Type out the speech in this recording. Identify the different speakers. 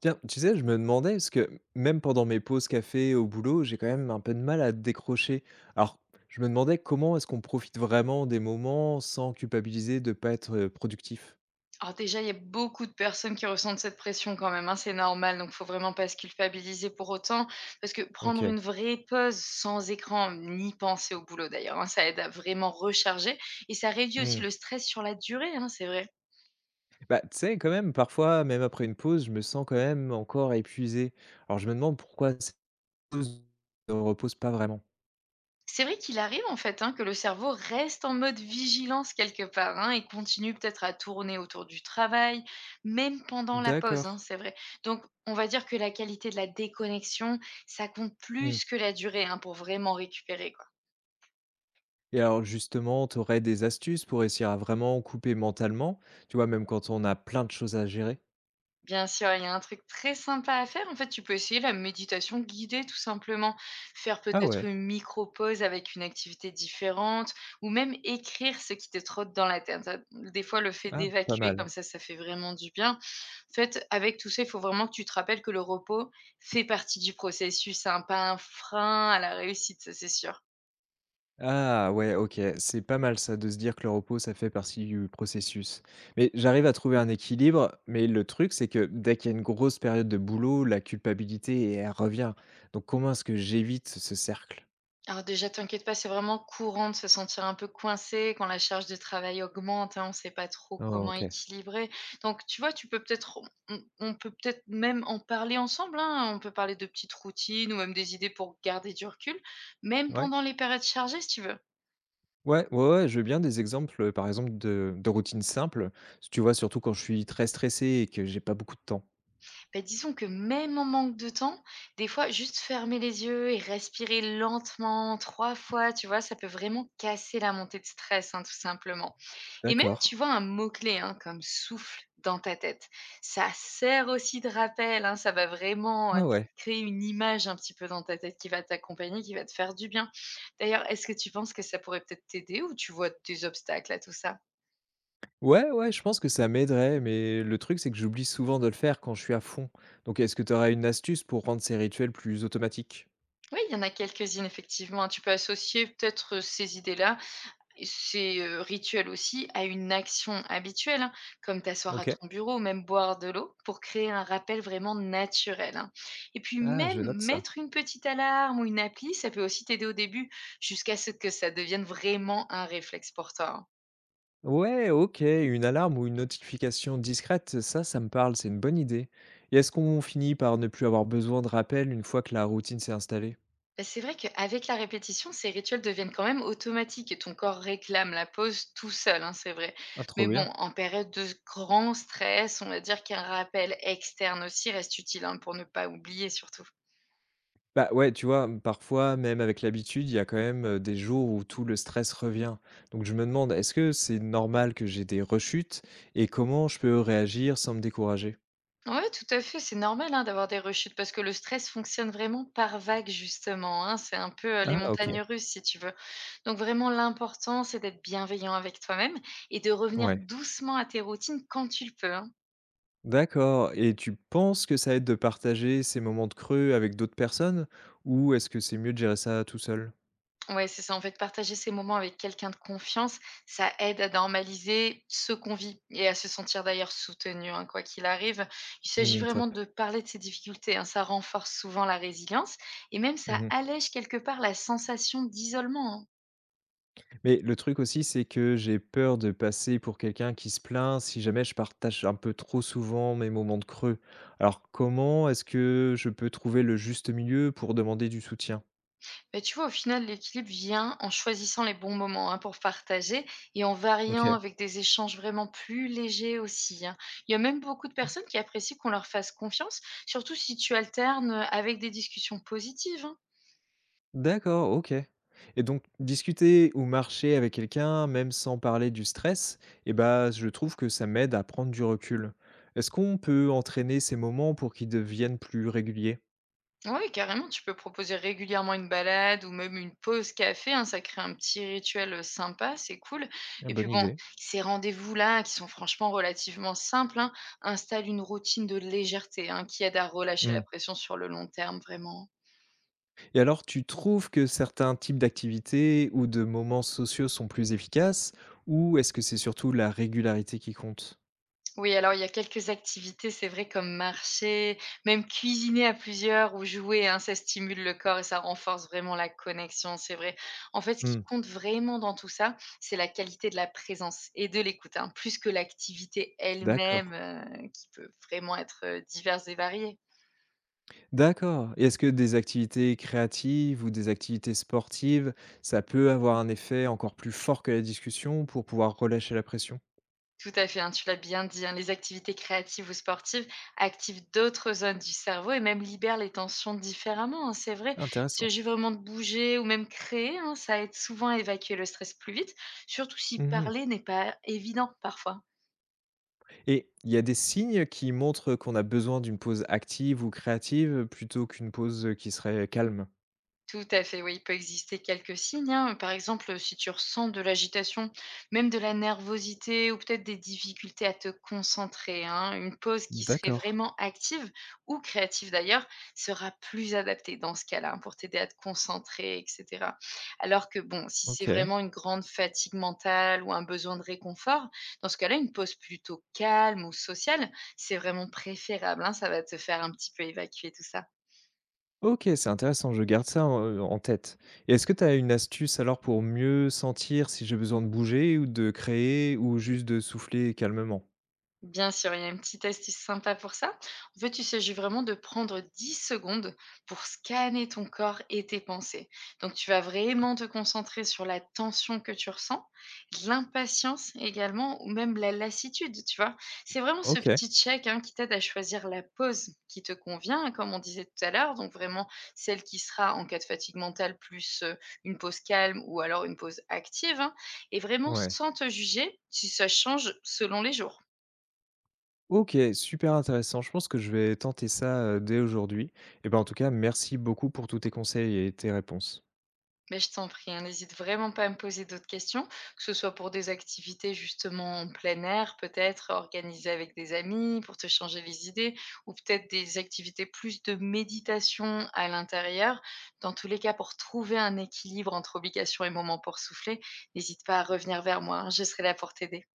Speaker 1: Tiens, tu sais, je me demandais, parce que même pendant mes pauses café au boulot, j'ai quand même un peu de mal à décrocher. Alors, je me demandais comment est-ce qu'on profite vraiment des moments sans culpabiliser de pas être productif?
Speaker 2: Alors déjà, il y a beaucoup de personnes qui ressentent cette pression quand même, hein, c'est normal, donc faut vraiment pas se culpabiliser pour autant. Parce que prendre
Speaker 1: Ok.
Speaker 2: une vraie pause sans écran, ni penser au boulot d'ailleurs, hein, ça aide à vraiment recharger et ça réduit
Speaker 1: Hmm.
Speaker 2: aussi le stress sur la durée, hein, c'est vrai.
Speaker 1: Bah, tu sais, quand même, parfois, même après une pause, je me sens quand même encore épuisé. Alors, je me demande pourquoi cette pause ne repose pas vraiment.
Speaker 2: C'est vrai qu'il arrive en fait hein, que le cerveau reste en mode vigilance quelque part hein, et continue peut-être à tourner autour du travail, même pendant la pause, hein,
Speaker 1: D'accord.
Speaker 2: c'est vrai. Donc on va dire que la qualité de la déconnexion, ça compte
Speaker 1: Hmm.
Speaker 2: plus que la durée hein, pour vraiment récupérer.
Speaker 1: Et alors, justement, tu aurais des astuces pour réussir à vraiment couper mentalement, tu vois, même quand on a plein de choses à gérer?
Speaker 2: Bien sûr, il y a un truc très sympa à faire. En fait, tu peux essayer la méditation guidée, tout simplement. Faire
Speaker 1: Ah
Speaker 2: peut-être
Speaker 1: ouais,
Speaker 2: une micro-pause avec une activité différente ou même écrire ce qui te trotte dans la tête. Des fois, le fait
Speaker 1: ah, pas
Speaker 2: d'évacuer
Speaker 1: mal.
Speaker 2: comme ça fait vraiment du bien. En fait, avec tout ça, il faut vraiment que tu te rappelles que le repos fait partie du processus, hein, pas un frein à la réussite, ça c'est sûr.
Speaker 1: Ah ouais, OK, c'est pas mal ça de se dire que le repos, ça fait partie du processus. Mais j'arrive à trouver un équilibre, mais le truc, c'est que dès qu'il y a une grosse période de boulot, la culpabilité, elle revient. Donc comment est-ce que j'évite ce cercle?
Speaker 2: Alors déjà, t'inquiète pas, c'est vraiment courant de se sentir un peu coincé quand la charge de travail augmente, hein, on ne sait pas trop
Speaker 1: Oh,
Speaker 2: comment
Speaker 1: OK.
Speaker 2: équilibrer. Donc, tu vois, tu peux peut-être, on peut peut-être même en parler ensemble, hein, on peut parler de petites routines ou même des idées pour garder du recul, même
Speaker 1: Ouais.
Speaker 2: pendant les périodes chargées, si tu veux.
Speaker 1: Ouais, ouais, ouais, je veux bien des exemples, par exemple de routines simples, tu vois? Surtout quand je suis très stressé et que j'ai pas beaucoup de temps.
Speaker 2: Ben, disons que même en manque de temps, des fois, juste fermer les yeux et respirer lentement 3 fois, tu vois, ça peut vraiment casser la montée de stress, hein, tout simplement. Et même,
Speaker 1: D'accord.
Speaker 2: tu vois, un mot-clé hein, comme souffle dans ta tête, ça sert aussi de rappel, hein, ça va vraiment
Speaker 1: Ah ouais.
Speaker 2: créer une image un petit peu dans ta tête qui va t'accompagner, qui va te faire du bien. D'ailleurs, est-ce que tu penses que ça pourrait peut-être t'aider ou tu vois des obstacles à tout ça?
Speaker 1: Ouais, ouais, je pense que ça m'aiderait, mais le truc, c'est que j'oublie souvent de le faire quand je suis à fond. Donc, est-ce que tu aurais une astuce pour rendre ces rituels plus automatiques?
Speaker 2: Oui, il y en a quelques-unes, effectivement, hein. Tu peux associer peut-être ces idées-là. Ces, rituels aussi à une action habituelle, hein, comme t'asseoir à
Speaker 1: OK.
Speaker 2: ton bureau ou même boire de l'eau pour créer un rappel vraiment naturel, hein. Et puis
Speaker 1: Ah, je
Speaker 2: même
Speaker 1: note ça.
Speaker 2: mettre une petite alarme ou une appli, ça peut aussi t'aider au début jusqu'à ce que ça devienne vraiment un réflexe pour toi, hein.
Speaker 1: Ouais, OK, une alarme ou une notification discrète, ça me parle, c'est une bonne idée. Et est-ce qu'on finit par ne plus avoir besoin de rappel une fois que la routine s'est installée?
Speaker 2: Bah, c'est vrai qu'avec la répétition, ces rituels deviennent quand même automatiques et ton corps réclame la pause tout seul, hein, c'est vrai.
Speaker 1: Ah, trop
Speaker 2: Mais bon,
Speaker 1: bien.
Speaker 2: en période de grand stress, on va dire qu'un rappel externe aussi reste utile, hein, pour ne pas oublier surtout.
Speaker 1: Bah, ouais, tu vois, parfois, même avec l'habitude, il y a quand même, des jours où tout le stress revient. Donc je me demande, est-ce que c'est normal que j'ai des rechutes et comment je peux réagir sans me décourager?
Speaker 2: Ouais, tout à fait, c'est normal, hein, d'avoir des rechutes parce que le stress fonctionne vraiment par vagues justement, hein. C'est un peu, les
Speaker 1: Ah OK,
Speaker 2: montagnes russes si tu veux. Donc vraiment l'important, c'est d'être bienveillant avec toi-même et de revenir
Speaker 1: ouais.
Speaker 2: doucement à tes routines quand tu le peux, hein.
Speaker 1: D'accord et tu penses que ça aide de partager ces moments de creux avec d'autres personnes ou est-ce que c'est mieux de gérer ça tout seul?
Speaker 2: Ouais, c'est ça, en fait, partager ces moments avec quelqu'un de confiance, ça aide à normaliser ce qu'on vit et à se sentir d'ailleurs soutenu, hein, quoi qu'il arrive. Il s'agit
Speaker 1: Mmh,
Speaker 2: vraiment
Speaker 1: top.
Speaker 2: de parler de ses difficultés, hein, ça renforce souvent la résilience et même ça
Speaker 1: Mmh.
Speaker 2: allège quelque part la sensation d'isolement, hein.
Speaker 1: Mais le truc aussi, c'est que j'ai peur de passer pour quelqu'un qui se plaint si jamais je partage un peu trop souvent mes moments de creux. Alors comment est-ce que je peux trouver le juste milieu pour demander du soutien?
Speaker 2: Bah, tu vois, au final, l'équilibre vient en choisissant les bons moments hein, pour partager et en variant
Speaker 1: OK.
Speaker 2: avec des échanges vraiment plus légers aussi, hein. Il y a même beaucoup de personnes qui apprécient qu'on leur fasse confiance, surtout si tu alternes avec des discussions positives.
Speaker 1: D'accord, OK. Et donc discuter ou marcher avec quelqu'un, même sans parler du stress, eh ben je trouve que ça m'aide à prendre du recul. Est-ce qu'on peut entraîner ces moments pour qu'ils deviennent plus réguliers?
Speaker 2: Oui, carrément, tu peux proposer régulièrement une balade ou même une pause café, hein, ça crée un petit rituel sympa, c'est cool.
Speaker 1: Ah,
Speaker 2: Et puis
Speaker 1: bonne
Speaker 2: bon,
Speaker 1: idée.
Speaker 2: ces rendez-vous-là, qui sont franchement relativement simples, hein, installent une routine de légèreté hein, qui aide à relâcher la
Speaker 1: Mmh.
Speaker 2: pression sur le long terme, vraiment, hein.
Speaker 1: Et alors, tu trouves que certains types d'activités ou de moments sociaux sont plus efficaces ou est-ce que c'est surtout la régularité qui compte?
Speaker 2: Oui, alors il y a quelques activités, c'est vrai, comme marcher, même cuisiner à plusieurs ou jouer, hein, ça stimule le corps et ça renforce vraiment la connexion, c'est vrai. En fait, ce qui
Speaker 1: Mmh,
Speaker 2: compte vraiment dans tout ça, c'est la qualité de la présence et de l'écoute, hein, plus que l'activité elle-même,
Speaker 1: d'accord.
Speaker 2: qui peut vraiment être diverse et variée.
Speaker 1: D'accord et est-ce que des activités créatives ou des activités sportives, ça peut avoir un effet encore plus fort que la discussion pour pouvoir relâcher la pression?
Speaker 2: Tout à fait, hein, tu l'as bien dit, hein, les activités créatives ou sportives activent d'autres zones du cerveau et même libèrent les tensions différemment, hein, c'est vrai. Il
Speaker 1: Intéressant.
Speaker 2: s'agit vraiment de bouger ou même créer, hein, ça aide souvent à évacuer le stress plus vite, surtout si
Speaker 1: Mmh.
Speaker 2: parler n'est pas évident parfois.
Speaker 1: Et il y a des signes qui montrent qu'on a besoin d'une pause active ou créative plutôt qu'une pause, qui serait calme?
Speaker 2: Tout à fait, oui, il peut exister quelques signes, hein. Par exemple, si tu ressens de l'agitation, même de la nervosité ou peut-être des difficultés à te concentrer, hein, une pause qui serait
Speaker 1: D'accord,
Speaker 2: vraiment active ou créative d'ailleurs sera plus adaptée dans ce cas-là hein, pour t'aider à te concentrer, etc. Alors que bon, si c'est
Speaker 1: OK.
Speaker 2: vraiment une grande fatigue mentale ou un besoin de réconfort, dans ce cas-là, une pause plutôt calme ou sociale, c'est vraiment préférable, hein, ça va te faire un petit peu évacuer tout ça.
Speaker 1: OK, c'est intéressant, je garde ça en tête. Et est-ce que tu as une astuce alors pour mieux sentir si j'ai besoin de bouger ou de créer ou juste de souffler calmement?
Speaker 2: Bien sûr, il y a une petite astuce sympa pour ça. En fait, il s'agit vraiment de prendre 10 secondes pour scanner ton corps et tes pensées. Donc, tu vas vraiment te concentrer sur la tension que tu ressens, l'impatience également, ou même la lassitude, tu vois. C'est vraiment ce
Speaker 1: OK,
Speaker 2: petit check hein, qui t'aide à choisir la pause qui te convient, comme on disait tout à l'heure. Donc, vraiment celle qui sera en cas de fatigue mentale, plus une pause calme ou alors une pause active, hein, et vraiment
Speaker 1: ouais.
Speaker 2: sans te juger si ça change selon les jours.
Speaker 1: OK, super intéressant. Je pense que je vais tenter ça, dès aujourd'hui. Et ben en tout cas, merci beaucoup pour tous tes conseils et tes réponses.
Speaker 2: Mais je t'en prie, hein, n'hésite vraiment pas à me poser d'autres questions, que ce soit pour des activités justement en plein air, peut-être organisées avec des amis pour te changer les idées, ou peut-être des activités plus de méditation à l'intérieur. Dans tous les cas, pour trouver un équilibre entre obligation et moment pour souffler, n'hésite pas à revenir vers moi, hein, je serai là pour t'aider.